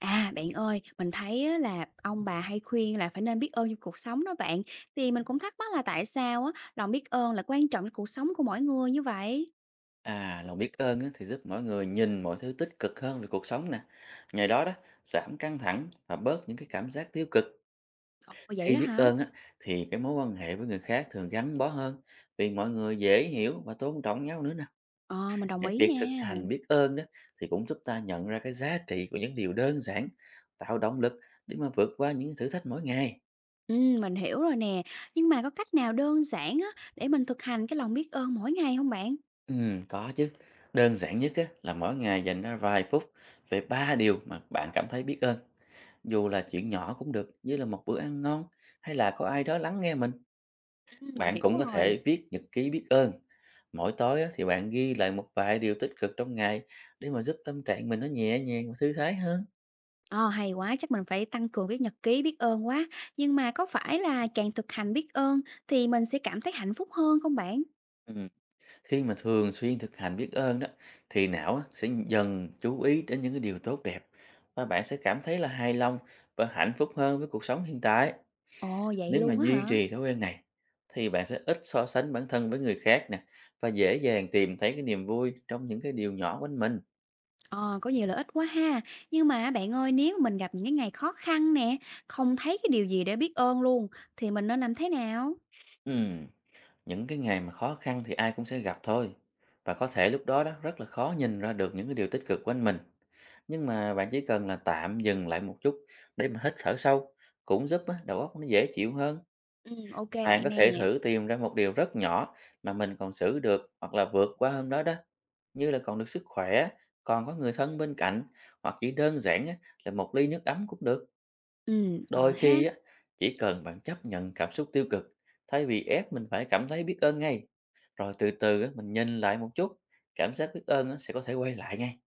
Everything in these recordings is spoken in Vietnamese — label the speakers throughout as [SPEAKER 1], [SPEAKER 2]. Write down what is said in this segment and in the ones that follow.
[SPEAKER 1] À, bạn ơi, mình thấy á là ông bà hay khuyên là phải nên biết ơn trong cuộc sống đó bạn. Thì mình cũng thắc mắc là tại sao á, lòng biết ơn là quan trọng trong cuộc sống của mỗi người như vậy?
[SPEAKER 2] À, lòng biết ơn á, thì giúp mọi người nhìn mọi thứ tích cực hơn về cuộc sống nè. Nhờ đó đó, giảm căng thẳng và bớt những cái cảm giác tiêu cực.
[SPEAKER 1] Ồ, vậy
[SPEAKER 2] Khi
[SPEAKER 1] đó
[SPEAKER 2] biết
[SPEAKER 1] hả?
[SPEAKER 2] ơn á, thì cái mối quan hệ với người khác thường gắn bó hơn vì mọi người dễ hiểu và tôn trọng nhau nữa nè.
[SPEAKER 1] Ờ, mình đồng
[SPEAKER 2] Cái
[SPEAKER 1] ý
[SPEAKER 2] việc
[SPEAKER 1] nha.
[SPEAKER 2] thực hành biết ơn đó thì cũng giúp ta nhận ra cái giá trị của những điều đơn giản, tạo động lực để mà vượt qua những thử thách mỗi ngày.
[SPEAKER 1] Ừ, mình hiểu rồi nè. Nhưng mà có cách nào đơn giản á, để mình thực hành cái lòng biết ơn mỗi ngày không bạn?
[SPEAKER 2] Ừ, có chứ. Đơn giản nhất á, là mỗi ngày dành ra vài phút về ba điều mà bạn cảm thấy biết ơn. Dù là chuyện nhỏ cũng được, như là một bữa ăn ngon hay là có ai đó lắng nghe mình,
[SPEAKER 1] Ừ, mình
[SPEAKER 2] bạn
[SPEAKER 1] hiểu
[SPEAKER 2] cũng có
[SPEAKER 1] rồi.
[SPEAKER 2] thể viết nhật ký biết ơn. Mỗi tối á, thì bạn ghi lại một vài điều tích cực trong ngày để mà giúp tâm trạng mình nó nhẹ nhàng và thư thái hơn.
[SPEAKER 1] Ờ, hay quá, chắc mình phải tăng cường viết nhật ký biết ơn quá. Nhưng mà có phải là càng thực hành biết ơn thì mình sẽ cảm thấy hạnh phúc hơn không bạn?
[SPEAKER 2] Ừ. Khi mà thường xuyên thực hành biết ơn đó thì não á, sẽ dần chú ý đến những cái điều tốt đẹp, và bạn sẽ cảm thấy là hài lòng và hạnh phúc hơn với cuộc sống hiện tại.
[SPEAKER 1] Ồ, vậy
[SPEAKER 2] Nếu mà
[SPEAKER 1] luôn á
[SPEAKER 2] duy
[SPEAKER 1] hả?
[SPEAKER 2] trì thói quen này thì bạn sẽ ít so sánh bản thân với người khác nè, và dễ dàng tìm thấy cái niềm vui trong những cái điều nhỏ quanh mình.
[SPEAKER 1] Ờ, có nhiều lợi ích quá ha. Nhưng mà bạn ơi, nếu mình gặp những cái ngày khó khăn nè, không thấy cái điều gì để biết ơn luôn, thì mình nên làm thế nào?
[SPEAKER 2] Ừm, những cái ngày mà khó khăn thì ai cũng sẽ gặp thôi, và có thể lúc đó đó rất là khó nhìn ra được những cái điều tích cực quanh mình. Nhưng mà bạn chỉ cần là tạm dừng lại một chút để mà hít thở sâu, cũng giúp á, đầu óc nó dễ chịu hơn.
[SPEAKER 1] Ok
[SPEAKER 2] Bạn
[SPEAKER 1] bạn
[SPEAKER 2] có
[SPEAKER 1] nè.
[SPEAKER 2] thể thử tìm ra một điều rất nhỏ mà mình còn xử được hoặc là vượt qua hôm đó đó, như là còn được sức khỏe, còn có người thân bên cạnh, hoặc chỉ đơn giản á, là một ly nước ấm cũng được.
[SPEAKER 1] Ừ, ờ
[SPEAKER 2] Đôi
[SPEAKER 1] ha.
[SPEAKER 2] khi á, chỉ cần bạn chấp nhận cảm xúc tiêu cực thay vì ép mình phải cảm thấy biết ơn ngay. Rồi từ từ á, mình nhìn lại một chút, cảm giác biết ơn á, sẽ có thể quay lại ngay.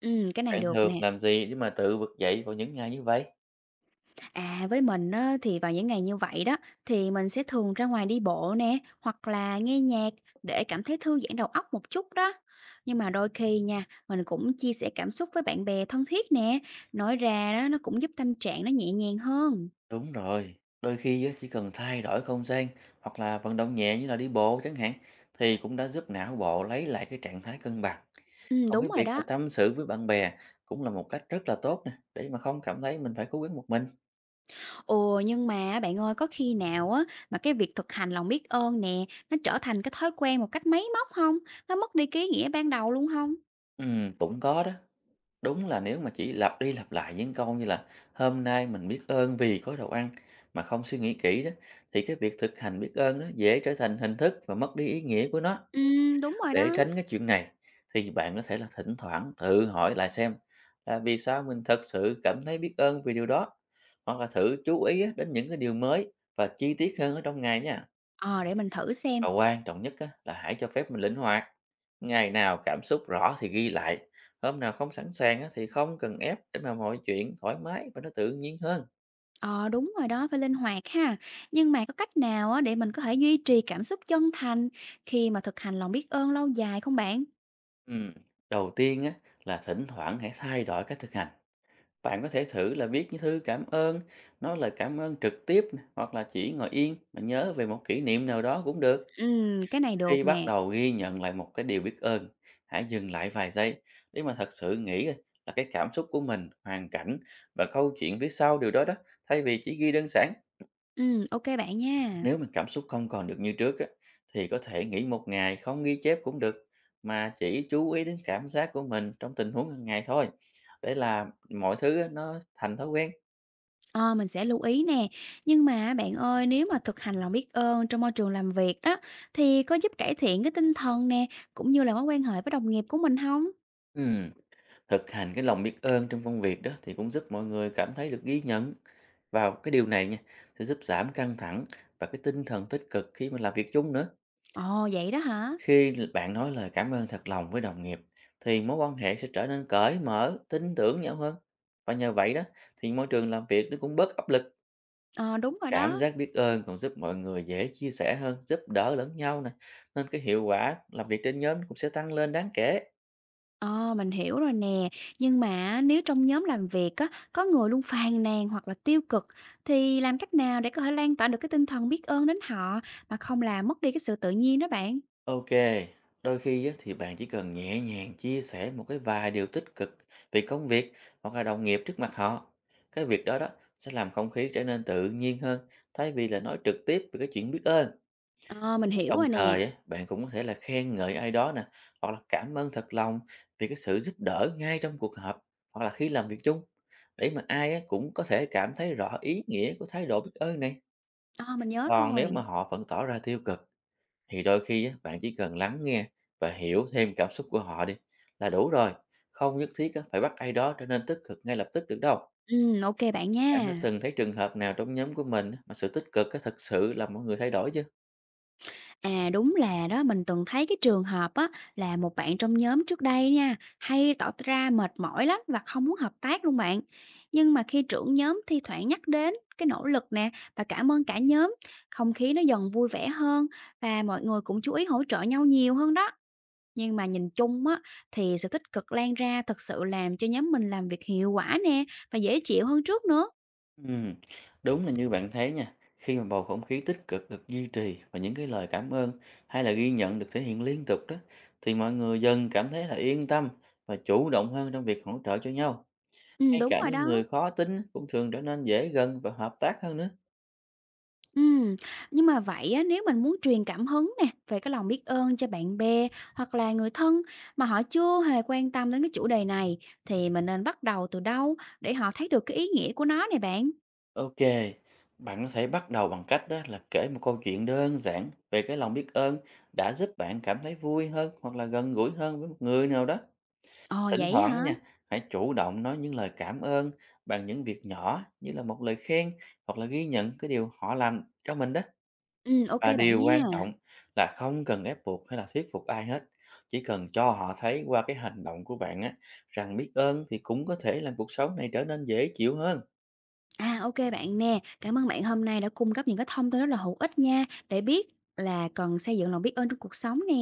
[SPEAKER 1] Ừ, cái này
[SPEAKER 2] Bạn
[SPEAKER 1] được
[SPEAKER 2] thường
[SPEAKER 1] nè.
[SPEAKER 2] làm gì để mà tự vực dậy vào những ngày như vậy?
[SPEAKER 1] À, với mình á, thì vào những ngày như vậy đó, thì mình sẽ thường ra ngoài đi bộ nè, hoặc là nghe nhạc để cảm thấy thư giãn đầu óc một chút đó. Nhưng mà đôi khi nha, mình cũng chia sẻ cảm xúc với bạn bè thân thiết nè. Nói ra đó, nó cũng giúp tâm trạng nó nhẹ nhàng hơn.
[SPEAKER 2] Đúng rồi, đôi khi á, chỉ cần thay đổi không gian hoặc là vận động nhẹ như là đi bộ chẳng hạn, thì cũng đã giúp não bộ lấy lại cái trạng thái cân bằng.
[SPEAKER 1] Ừ,
[SPEAKER 2] Còn
[SPEAKER 1] đúng
[SPEAKER 2] cái
[SPEAKER 1] rồi
[SPEAKER 2] việc mà
[SPEAKER 1] đó.
[SPEAKER 2] tâm sự với bạn bè cũng là một cách rất là tốt nè, để mà không cảm thấy mình phải cố gắng một mình.
[SPEAKER 1] Ồ, nhưng mà bạn ơi, có khi nào á mà cái việc thực hành lòng biết ơn nè, nó trở thành cái thói quen một cách máy móc không? Nó mất đi cái ý nghĩa ban đầu luôn không?
[SPEAKER 2] Cũng có đó. Đúng là nếu mà chỉ lặp đi lặp lại những câu như là hôm nay mình biết ơn vì có đồ ăn mà không suy nghĩ kỹ đó, thì cái việc thực hành biết ơn nó dễ trở thành hình thức và mất đi ý nghĩa của nó.
[SPEAKER 1] Đúng rồi
[SPEAKER 2] Để
[SPEAKER 1] đó.
[SPEAKER 2] tránh cái chuyện này thì bạn có thể là thỉnh thoảng tự hỏi lại xem là vì sao mình thật sự cảm thấy biết ơn vì điều đó, hoặc là thử chú ý á, đến những cái điều mới và chi tiết hơn ở trong ngày nha.
[SPEAKER 1] Ờ, để mình thử xem.
[SPEAKER 2] Và quan trọng nhất á, là hãy cho phép mình linh hoạt. Ngày nào cảm xúc rõ thì ghi lại, hôm nào không sẵn sàng á, thì không cần ép, để mà mọi chuyện thoải mái và nó tự nhiên hơn.
[SPEAKER 1] Ờ, đúng rồi đó, phải linh hoạt ha. Nhưng mà có cách nào á để mình có thể duy trì cảm xúc chân thành khi mà thực hành lòng biết ơn lâu dài không bạn?
[SPEAKER 2] Ừm, Đầu tiên á, là thỉnh thoảng hãy thay đổi cách thực hành. Bạn có thể thử là viết những thư cảm ơn, nói lời cảm ơn trực tiếp nè, hoặc là chỉ ngồi yên mà nhớ về một kỷ niệm nào đó cũng được.
[SPEAKER 1] Ừ, cái này
[SPEAKER 2] Khi
[SPEAKER 1] được
[SPEAKER 2] bắt
[SPEAKER 1] nè.
[SPEAKER 2] đầu ghi nhận lại một cái điều biết ơn, hãy dừng lại vài giây để mà thật sự nghĩ là cái cảm xúc của mình, hoàn cảnh và câu chuyện phía sau điều đó đó, thay vì chỉ ghi đơn giản.
[SPEAKER 1] Ừ, ok bạn nha.
[SPEAKER 2] Nếu mà cảm xúc không còn được như trước á, thì có thể nghỉ một ngày không ghi chép cũng được, mà chỉ chú ý đến cảm giác của mình trong tình huống hàng ngày thôi, để là mọi thứ á, nó thành thói quen.
[SPEAKER 1] Ờ, mình sẽ lưu ý nè. Nhưng mà bạn ơi, nếu mà thực hành lòng biết ơn trong môi trường làm việc đó, thì có giúp cải thiện cái tinh thần nè, cũng như là mối quan hệ với đồng nghiệp của mình không?
[SPEAKER 2] Ừm. Thực hành cái lòng biết ơn trong công việc đó thì cũng giúp mọi người cảm thấy được ghi nhận, vào cái điều này nha, sẽ giúp giảm căng thẳng và cái tinh thần tích cực khi mà làm việc chung nữa.
[SPEAKER 1] Ồ, vậy đó hả?
[SPEAKER 2] Khi bạn nói lời cảm ơn thật lòng với đồng nghiệp, thì mối quan hệ sẽ trở nên cởi mở, tin tưởng nhau hơn. Và nhờ vậy đó thì môi trường làm việc nó cũng bớt áp lực.
[SPEAKER 1] Ờ, đúng rồi
[SPEAKER 2] Cảm
[SPEAKER 1] đó.
[SPEAKER 2] giác biết ơn còn giúp mọi người dễ chia sẻ hơn, giúp đỡ lẫn nhau nè. Nên cái hiệu quả làm việc trên nhóm cũng sẽ tăng lên đáng kể.
[SPEAKER 1] Ờ, mình hiểu rồi nè. Nhưng mà nếu trong nhóm làm việc á, có người luôn phàn nàn hoặc là tiêu cực, thì làm cách nào để có thể lan tỏa được cái tinh thần biết ơn đến họ mà không làm mất đi cái sự tự nhiên đó bạn?
[SPEAKER 2] Ok, đôi khi á, thì bạn chỉ cần nhẹ nhàng chia sẻ một cái vài điều tích cực về công việc hoặc là đồng nghiệp trước mặt họ. Cái việc đó đó sẽ làm không khí trở nên tự nhiên hơn, thay vì là nói trực tiếp về cái chuyện biết ơn.
[SPEAKER 1] Ờ, mình hiểu
[SPEAKER 2] Đồng
[SPEAKER 1] rồi nè.
[SPEAKER 2] thời á, bạn cũng có thể là khen ngợi ai đó nè, hoặc là cảm ơn thật lòng vì cái sự giúp đỡ ngay trong cuộc họp hoặc là khi làm việc chung. Để mà ai á, cũng có thể cảm thấy rõ ý nghĩa của thái độ biết ơn này.
[SPEAKER 1] Ờ, mình nhớ
[SPEAKER 2] Còn nếu mà
[SPEAKER 1] rồi.
[SPEAKER 2] họ vẫn tỏ ra tiêu cực, thì đôi khi á, bạn chỉ cần lắng nghe và hiểu thêm cảm xúc của họ đi là đủ rồi. Không nhất thiết á, phải bắt ai đó trở nên tích cực ngay lập tức được đâu.
[SPEAKER 1] Ừ, ok bạn nha.
[SPEAKER 2] Anh đã từng thấy trường hợp nào trong nhóm của mình á, mà sự tích cực á, thật sự làm mọi người thay đổi chứ?
[SPEAKER 1] À, đúng là đó, mình từng thấy cái trường hợp á, là một bạn trong nhóm trước đây nha, hay tỏ ra mệt mỏi lắm và không muốn hợp tác luôn bạn. Nhưng mà khi trưởng nhóm thi thoảng nhắc đến cái nỗ lực nè và cảm ơn cả nhóm, không khí nó dần vui vẻ hơn và mọi người cũng chú ý hỗ trợ nhau nhiều hơn đó. Nhưng mà nhìn chung á, thì sự tích cực lan ra thật sự làm cho nhóm mình làm việc hiệu quả nè và dễ chịu hơn trước nữa.
[SPEAKER 2] Ừm, đúng là như bạn thấy nha, khi mà bầu không khí tích cực được duy trì và những cái lời cảm ơn hay là ghi nhận được thể hiện liên tục đó, thì mọi người dần cảm thấy là yên tâm và chủ động hơn trong việc hỗ trợ cho nhau.
[SPEAKER 1] Ừ,
[SPEAKER 2] Ngay
[SPEAKER 1] đúng
[SPEAKER 2] cả
[SPEAKER 1] rồi
[SPEAKER 2] những người
[SPEAKER 1] đó.
[SPEAKER 2] khó tính cũng thường trở nên dễ gần và hợp tác hơn nữa.
[SPEAKER 1] Ừm, nhưng mà vậy á, nếu mình muốn truyền cảm hứng nè, về cái lòng biết ơn cho bạn bè hoặc là người thân mà họ chưa hề quan tâm đến cái chủ đề này thì mình nên bắt đầu từ đâu để họ thấy được cái ý nghĩa của nó này bạn?
[SPEAKER 2] Ok, bạn có thể bắt đầu bằng cách đó là kể một câu chuyện đơn giản về cái lòng biết ơn đã giúp bạn cảm thấy vui hơn hoặc là gần gũi hơn với một người nào đó.
[SPEAKER 1] Ồ,
[SPEAKER 2] Thỉnh
[SPEAKER 1] vậy
[SPEAKER 2] thoảng đó
[SPEAKER 1] hả?
[SPEAKER 2] nha, hãy chủ động nói những lời cảm ơn bằng những việc nhỏ như là một lời khen hoặc là ghi nhận cái điều họ làm cho mình đó.
[SPEAKER 1] Ừ, ok
[SPEAKER 2] Và
[SPEAKER 1] bạn
[SPEAKER 2] điều quan
[SPEAKER 1] nha.
[SPEAKER 2] trọng là không cần ép buộc hay là thuyết phục ai hết. Chỉ cần cho họ thấy qua cái hành động của bạn á, rằng biết ơn thì cũng có thể làm cuộc sống này trở nên dễ chịu hơn.
[SPEAKER 1] À, ok bạn nè, cảm ơn bạn hôm nay đã cung cấp những cái thông tin rất là hữu ích nha để biết là cần xây dựng lòng biết ơn trong cuộc sống nè.